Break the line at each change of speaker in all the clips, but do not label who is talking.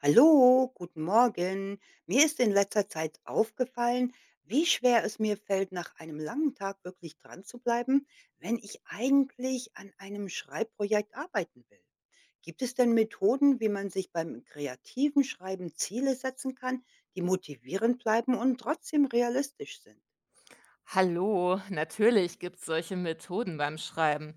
Hallo, guten Morgen. Mir ist in letzter Zeit aufgefallen, wie schwer es mir fällt, nach einem langen Tag wirklich dran zu bleiben, wenn ich eigentlich an einem Schreibprojekt arbeiten will. Gibt es denn Methoden, wie man sich beim kreativen Schreiben Ziele setzen kann, die motivierend bleiben und trotzdem realistisch sind?
Hallo, natürlich gibt es solche Methoden beim Schreiben.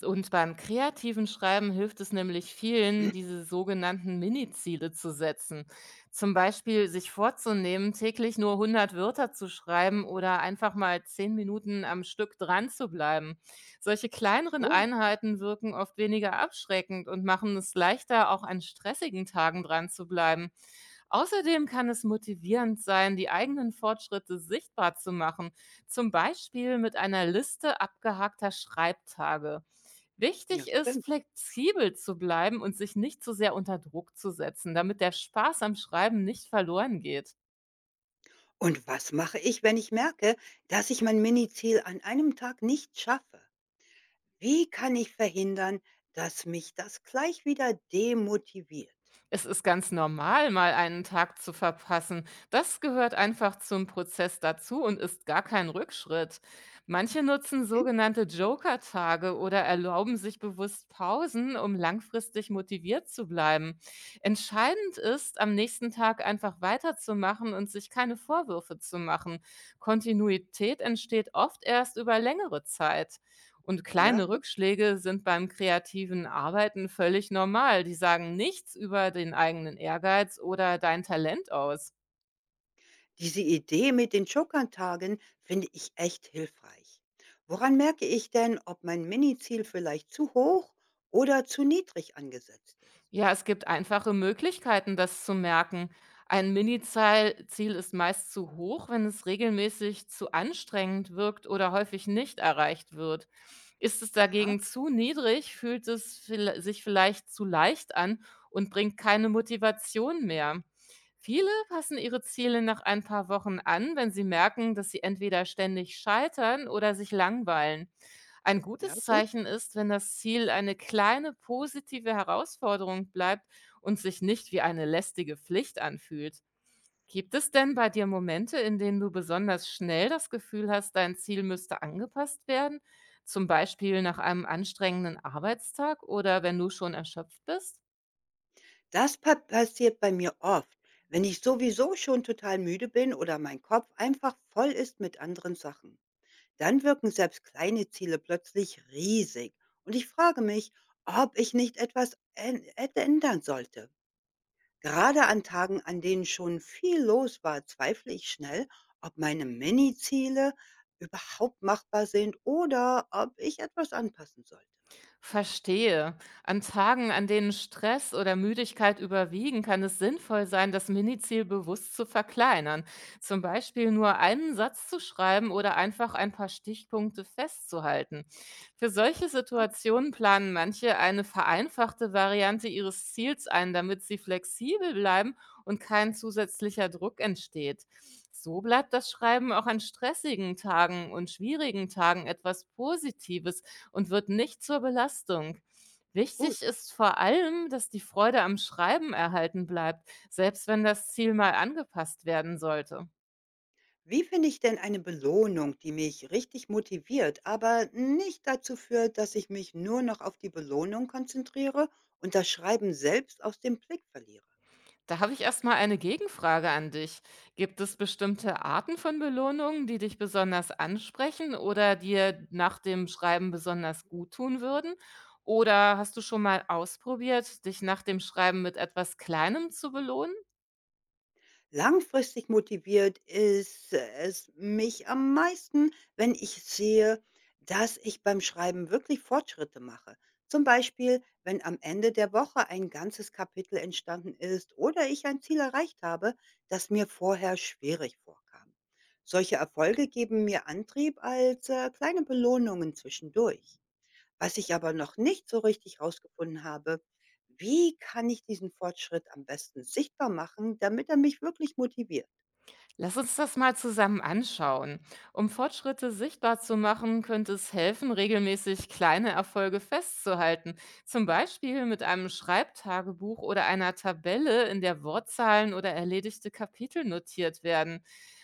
Und beim kreativen Schreiben hilft es nämlich vielen, diese sogenannten Mini-Ziele zu setzen. Zum Beispiel sich vorzunehmen, täglich nur 100 Wörter zu schreiben oder einfach mal 10 Minuten am Stück dran zu bleiben. Solche
Ach
kleineren
so,
Einheiten wirken oft weniger abschreckend und machen es leichter, auch an stressigen Tagen dran zu bleiben. Außerdem kann es motivierend sein, die eigenen Fortschritte sichtbar zu machen, zum Beispiel mit einer Liste abgehackter Schreibtage.
ja,
Wichtig ist,
stimmt.
flexibel zu bleiben und sich nicht zu sehr unter Druck zu setzen, damit der Spaß am Schreiben nicht verloren geht.
Und was mache ich, wenn ich merke, dass ich mein Mini-Ziel an einem Tag nicht schaffe? Wie kann ich verhindern, dass mich das gleich wieder demotiviert?
Es ist ganz normal, mal einen Tag zu verpassen. Das gehört einfach zum Prozess dazu und ist gar kein Rückschritt. Manche nutzen
Mhm.
sogenannte Joker-Tage oder erlauben sich bewusst Pausen, um langfristig motiviert zu bleiben. Entscheidend ist, am nächsten Tag einfach weiterzumachen und sich keine Vorwürfe zu machen. Kontinuität entsteht oft erst über längere Zeit. Und
Ja,
kleine
gut.
Rückschläge sind beim kreativen Arbeiten völlig normal. Die sagen nichts über den eigenen Ehrgeiz oder dein Talent aus.
Diese Idee mit den Joker finde ich echt hilfreich. Woran merke ich denn, ob mein Mini-Ziel vielleicht zu hoch oder zu niedrig angesetzt ist?
Ja, es gibt einfache Möglichkeiten, das zu merken. Ein Mini-Ziel Ziel ist meist zu hoch, wenn es regelmäßig zu anstrengend wirkt oder häufig nicht erreicht wird. Ist es
Aha,
dagegen zu niedrig, fühlt es sich vielleicht zu leicht an und bringt keine Motivation mehr. Viele passen ihre Ziele nach ein paar Wochen an, wenn sie merken, dass sie entweder ständig scheitern oder sich langweilen. Ein
ja,
gutes
gut.
Zeichen ist, wenn das Ziel eine kleine positive Herausforderung bleibt und sich nicht wie eine lästige Pflicht anfühlt. Gibt es denn bei dir Momente, in denen du besonders schnell das Gefühl hast, dein Ziel müsste angepasst werden? Zum Beispiel nach einem anstrengenden Arbeitstag oder wenn du schon erschöpft bist?
Das pa passiert bei mir oft, wenn ich sowieso schon total müde bin oder mein Kopf einfach voll ist mit anderen Sachen. Dann wirken selbst kleine Ziele plötzlich riesig und ich frage mich, ob ich nicht etwas ändern sollte. Gerade an Tagen, an denen schon viel los war, zweifle ich schnell, ob meine Mini-Ziele überhaupt machbar sind oder ob ich etwas anpassen sollte.
Verstehe. An Tagen, an denen Stress oder Müdigkeit überwiegen, kann es sinnvoll sein, das Miniziel bewusst zu verkleinern. Zum Beispiel nur einen Satz zu schreiben oder einfach ein paar Stichpunkte festzuhalten. Für solche
Ah,
Situationen planen manche eine vereinfachte Variante ihres Ziels ein, damit sie flexibel bleiben und kein zusätzlicher Druck entsteht. So bleibt das Schreiben auch an stressigen Tagen und schwierigen Tagen etwas Positives und wird nicht zur Belastung.
gut,
Wichtig ist vor allem, dass die Freude am Schreiben erhalten bleibt, selbst wenn das Ziel mal angepasst werden sollte.
wie finde ich denn eine Belohnung, die mich richtig motiviert, aber nicht dazu führt, dass ich mich nur noch auf die Belohnung konzentriere und das Schreiben selbst aus dem Blick verliere?
Da habe ich erstmal eine Gegenfrage an dich. Gibt es bestimmte Arten von Belohnungen, die dich besonders ansprechen oder dir nach dem Schreiben besonders gut tun würden? Oder hast du schon mal ausprobiert, dich nach dem Schreiben mit etwas Kleinem zu belohnen?
Langfristig motiviert ist es mich am meisten, wenn ich sehe, dass ich beim Schreiben wirklich Fortschritte mache. Zum Beispiel, wenn am Ende der Woche ein ganzes Kapitel entstanden ist oder ich ein Ziel erreicht habe, das mir vorher schwierig vorkam. Solche Erfolge geben mir Antrieb als kleine Belohnungen zwischendurch. Was ich aber noch nicht so richtig rausgefunden habe: Wie kann ich diesen Fortschritt am besten sichtbar machen, damit er mich wirklich motiviert?
Lass uns das mal zusammen anschauen. Um Fortschritte sichtbar zu machen, könnte es helfen, regelmäßig kleine Erfolge festzuhalten. Zum Beispiel mit einem Schreibtagebuch oder einer Tabelle, in der Wortzahlen oder erledigte Kapitel notiert werden.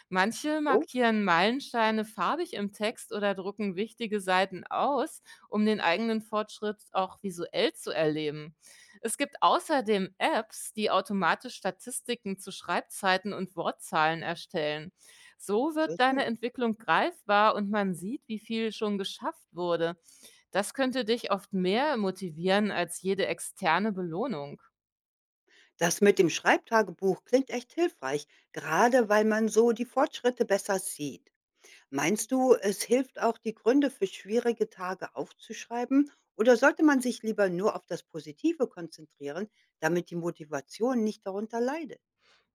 Manche
So,
markieren Meilensteine farbig im Text oder drucken wichtige Seiten aus, um den eigenen Fortschritt auch visuell zu erleben. Es gibt außerdem Apps, die automatisch Statistiken zu Schreibzeiten und Wortzahlen erstellen. So
so,
wird
so.
deine Entwicklung greifbar und man sieht, wie viel schon geschafft wurde. Das könnte dich oft mehr motivieren als jede externe Belohnung.
Das mit dem Schreibtagebuch klingt echt hilfreich, gerade weil man so die Fortschritte besser sieht. Meinst du, es hilft auch, die Gründe für schwierige Tage aufzuschreiben? Oder sollte man sich lieber nur auf das Positive konzentrieren, damit die Motivation nicht darunter leidet?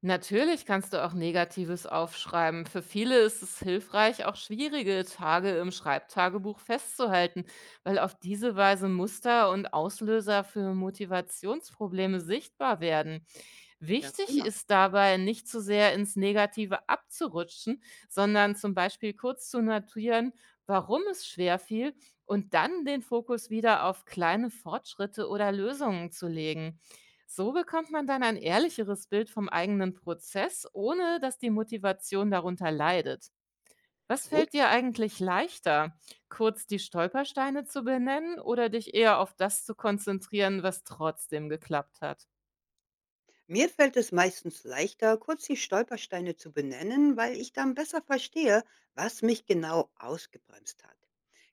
Natürlich kannst du auch Negatives aufschreiben. Für viele ist es hilfreich, auch schwierige Tage im Schreibtagebuch festzuhalten, weil auf diese Weise Muster und Auslöser für Motivationsprobleme sichtbar werden.
Ja,
Wichtig
prima.
ist dabei, nicht zu sehr ins Negative abzurutschen, sondern zum Beispiel kurz zu notieren, warum es schwer fiel und dann den Fokus wieder auf kleine Fortschritte oder Lösungen zu legen. So bekommt man dann ein ehrlicheres Bild vom eigenen Prozess, ohne dass die Motivation darunter leidet. Was
Gut.
fällt dir eigentlich leichter, kurz die Stolpersteine zu benennen oder dich eher auf das zu konzentrieren, was trotzdem geklappt hat?
Mir fällt es meistens leichter, kurz die Stolpersteine zu benennen, weil ich dann besser verstehe, was mich genau ausgebremst hat.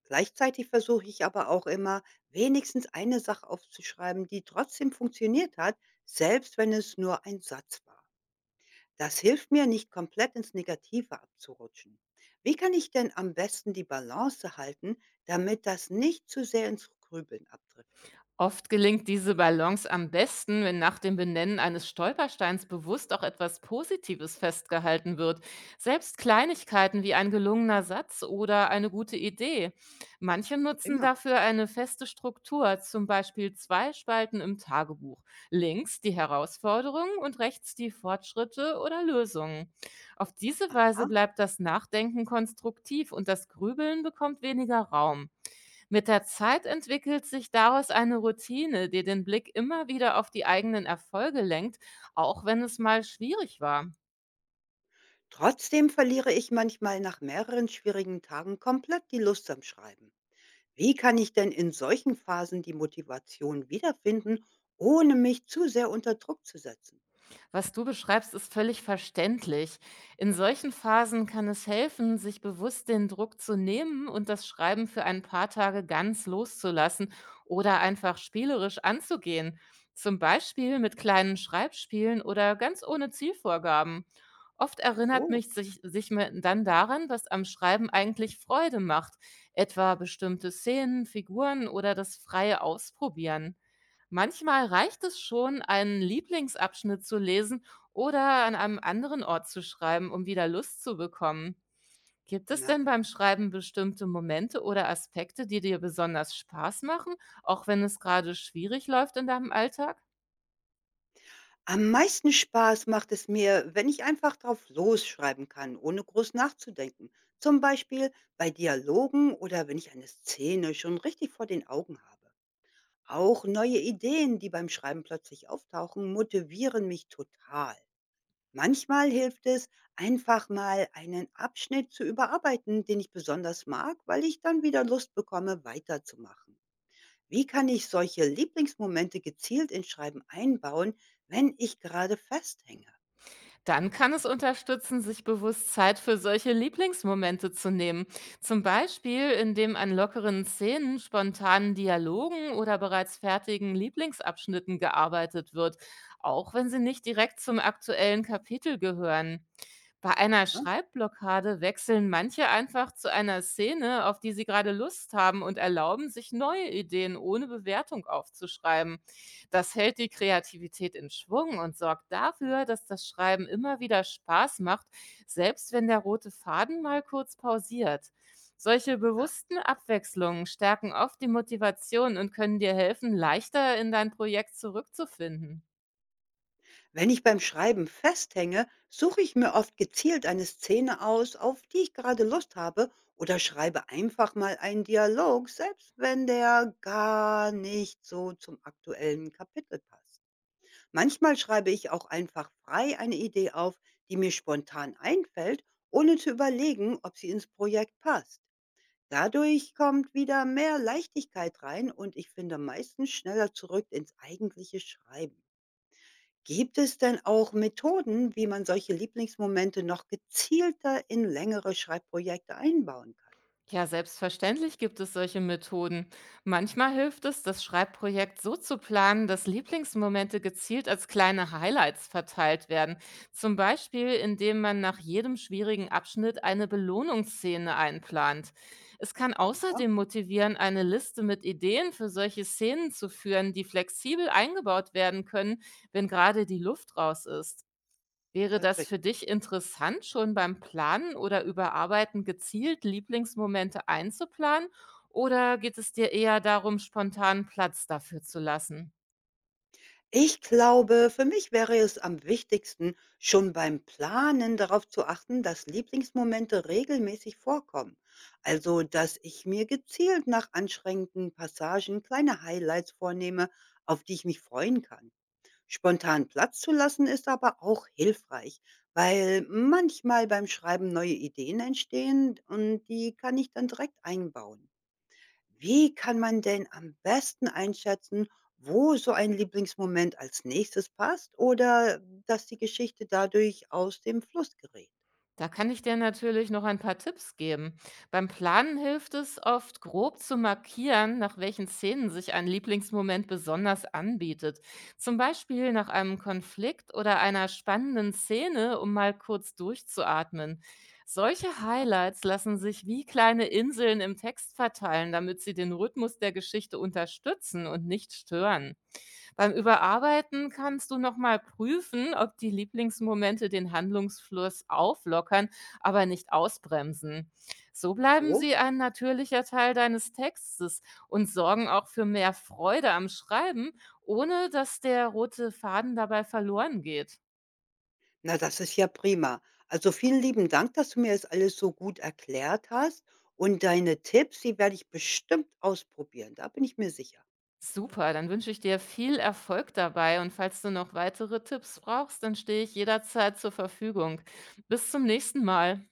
Gleichzeitig versuche ich aber auch immer, wenigstens eine Sache aufzuschreiben, die trotzdem funktioniert hat, selbst wenn es nur ein Satz war. Das hilft mir, nicht komplett ins Negative abzurutschen. Wie kann ich denn am besten die Balance halten, damit das nicht zu sehr ins Grübeln abdriftet?
Oft gelingt diese Balance am besten, wenn nach dem Benennen eines Stolpersteins bewusst auch etwas Positives festgehalten wird. Selbst Kleinigkeiten wie ein gelungener Satz oder eine gute Idee. Manche nutzen
Immer.
dafür eine feste Struktur, zum Beispiel zwei Spalten im Tagebuch. Links die Herausforderungen und rechts die Fortschritte oder Lösungen. Auf diese
Aha.
Weise bleibt das Nachdenken konstruktiv und das Grübeln bekommt weniger Raum. Mit der Zeit entwickelt sich daraus eine Routine, die den Blick immer wieder auf die eigenen Erfolge lenkt, auch wenn es mal schwierig war.
Trotzdem verliere ich manchmal nach mehreren schwierigen Tagen komplett die Lust am Schreiben. Wie kann ich denn in solchen Phasen die Motivation wiederfinden, ohne mich zu sehr unter Druck zu setzen?
Was du beschreibst, ist völlig verständlich. In solchen Phasen kann es helfen, sich bewusst den Druck zu nehmen und das Schreiben für ein paar Tage ganz loszulassen oder einfach spielerisch anzugehen. Zum Beispiel mit kleinen Schreibspielen oder ganz ohne Zielvorgaben. Oft erinnert
So.
mich sich, sich mir dann daran, was am Schreiben eigentlich Freude macht, etwa bestimmte Szenen, Figuren oder das freie Ausprobieren. Manchmal reicht es schon, einen Lieblingsabschnitt zu lesen oder an einem anderen Ort zu schreiben, um wieder Lust zu bekommen. Gibt es
Na,
denn beim Schreiben bestimmte Momente oder Aspekte, die dir besonders Spaß machen, auch wenn es gerade schwierig läuft in deinem Alltag?
am meisten Spaß macht es mir, wenn ich einfach drauf losschreiben kann, ohne groß nachzudenken. Zum Beispiel bei Dialogen oder wenn ich eine Szene schon richtig vor den Augen habe. Auch neue Ideen, die beim Schreiben plötzlich auftauchen, motivieren mich total. Manchmal hilft es, einfach mal einen Abschnitt zu überarbeiten, den ich besonders mag, weil ich dann wieder Lust bekomme, weiterzumachen. Wie kann ich solche Lieblingsmomente gezielt ins Schreiben einbauen, wenn ich gerade festhänge?
Dann kann es unterstützen, sich bewusst Zeit für solche Lieblingsmomente zu nehmen. Zum Beispiel, indem an lockeren Szenen, spontanen Dialogen oder bereits fertigen Lieblingsabschnitten gearbeitet wird, auch wenn sie nicht direkt zum aktuellen Kapitel gehören. Bei einer
Aha,
Schreibblockade wechseln manche einfach zu einer Szene, auf die sie gerade Lust haben und erlauben sich neue Ideen ohne Bewertung aufzuschreiben. Das hält die Kreativität in Schwung und sorgt dafür, dass das Schreiben immer wieder Spaß macht, selbst wenn der rote Faden mal kurz pausiert. Solche
ja,
bewussten
also.
Abwechslungen stärken oft die Motivation und können dir helfen, leichter in dein Projekt zurückzufinden.
Wenn ich beim Schreiben festhänge, suche ich mir oft gezielt eine Szene aus, auf die ich gerade Lust habe, oder schreibe einfach mal einen Dialog, selbst wenn der gar nicht so zum aktuellen Kapitel passt. Manchmal schreibe ich auch einfach frei eine Idee auf, die mir spontan einfällt, ohne zu überlegen, ob sie ins Projekt passt. Dadurch kommt wieder mehr Leichtigkeit rein und ich finde meistens schneller zurück ins eigentliche Schreiben. Gibt es denn auch Methoden, wie man solche Lieblingsmomente noch gezielter in längere Schreibprojekte einbauen kann?
Ja, selbstverständlich gibt es solche Methoden. Manchmal hilft es, das Schreibprojekt so zu planen, dass Lieblingsmomente gezielt als kleine Highlights verteilt werden. Zum Beispiel, indem man nach jedem schwierigen Abschnitt eine Belohnungsszene einplant. Es kann
Aha,
außerdem motivieren, eine Liste mit Ideen für solche Szenen zu führen, die flexibel eingebaut werden können, wenn gerade die Luft raus ist. Wäre das für
tatsächlich.
dich interessant, schon beim Planen oder Überarbeiten gezielt Lieblingsmomente einzuplanen? Oder geht es dir eher darum, spontan Platz dafür zu lassen?
Ich glaube, für mich wäre es am wichtigsten, schon beim Planen darauf zu achten, dass Lieblingsmomente regelmäßig vorkommen. Also, dass ich mir gezielt nach anstrengenden Passagen kleine Highlights vornehme, auf die ich mich freuen kann. Spontan Platz zu lassen ist aber auch hilfreich, weil manchmal beim Schreiben neue Ideen entstehen und die kann ich dann direkt einbauen. Wie kann man denn am besten einschätzen, wo so ein Lieblingsmoment als nächstes passt oder dass die Geschichte dadurch aus dem Fluss gerät?
Da kann ich dir natürlich noch ein paar Tipps geben. Beim Planen hilft es oft, grob zu markieren, nach welchen Szenen sich ein Lieblingsmoment besonders anbietet. Zum Beispiel nach einem Konflikt oder einer spannenden Szene, um mal kurz durchzuatmen. Solche Highlights lassen sich wie kleine Inseln im Text verteilen, damit sie den Rhythmus der Geschichte unterstützen und nicht stören. Beim Überarbeiten kannst du nochmal prüfen, ob die Lieblingsmomente den Handlungsfluss auflockern, aber nicht ausbremsen. So
Ach
bleiben
so,
sie ein natürlicher Teil deines Textes und sorgen auch für mehr Freude am Schreiben, ohne dass der rote Faden dabei verloren geht.
na, das ist ja prima. Also vielen lieben Dank, dass du mir das alles so gut erklärt hast und deine Tipps, die werde ich bestimmt ausprobieren. Da bin ich mir sicher.
Super, dann wünsche ich dir viel Erfolg dabei und falls du noch weitere Tipps brauchst, dann stehe ich jederzeit zur Verfügung. Bis zum nächsten Mal.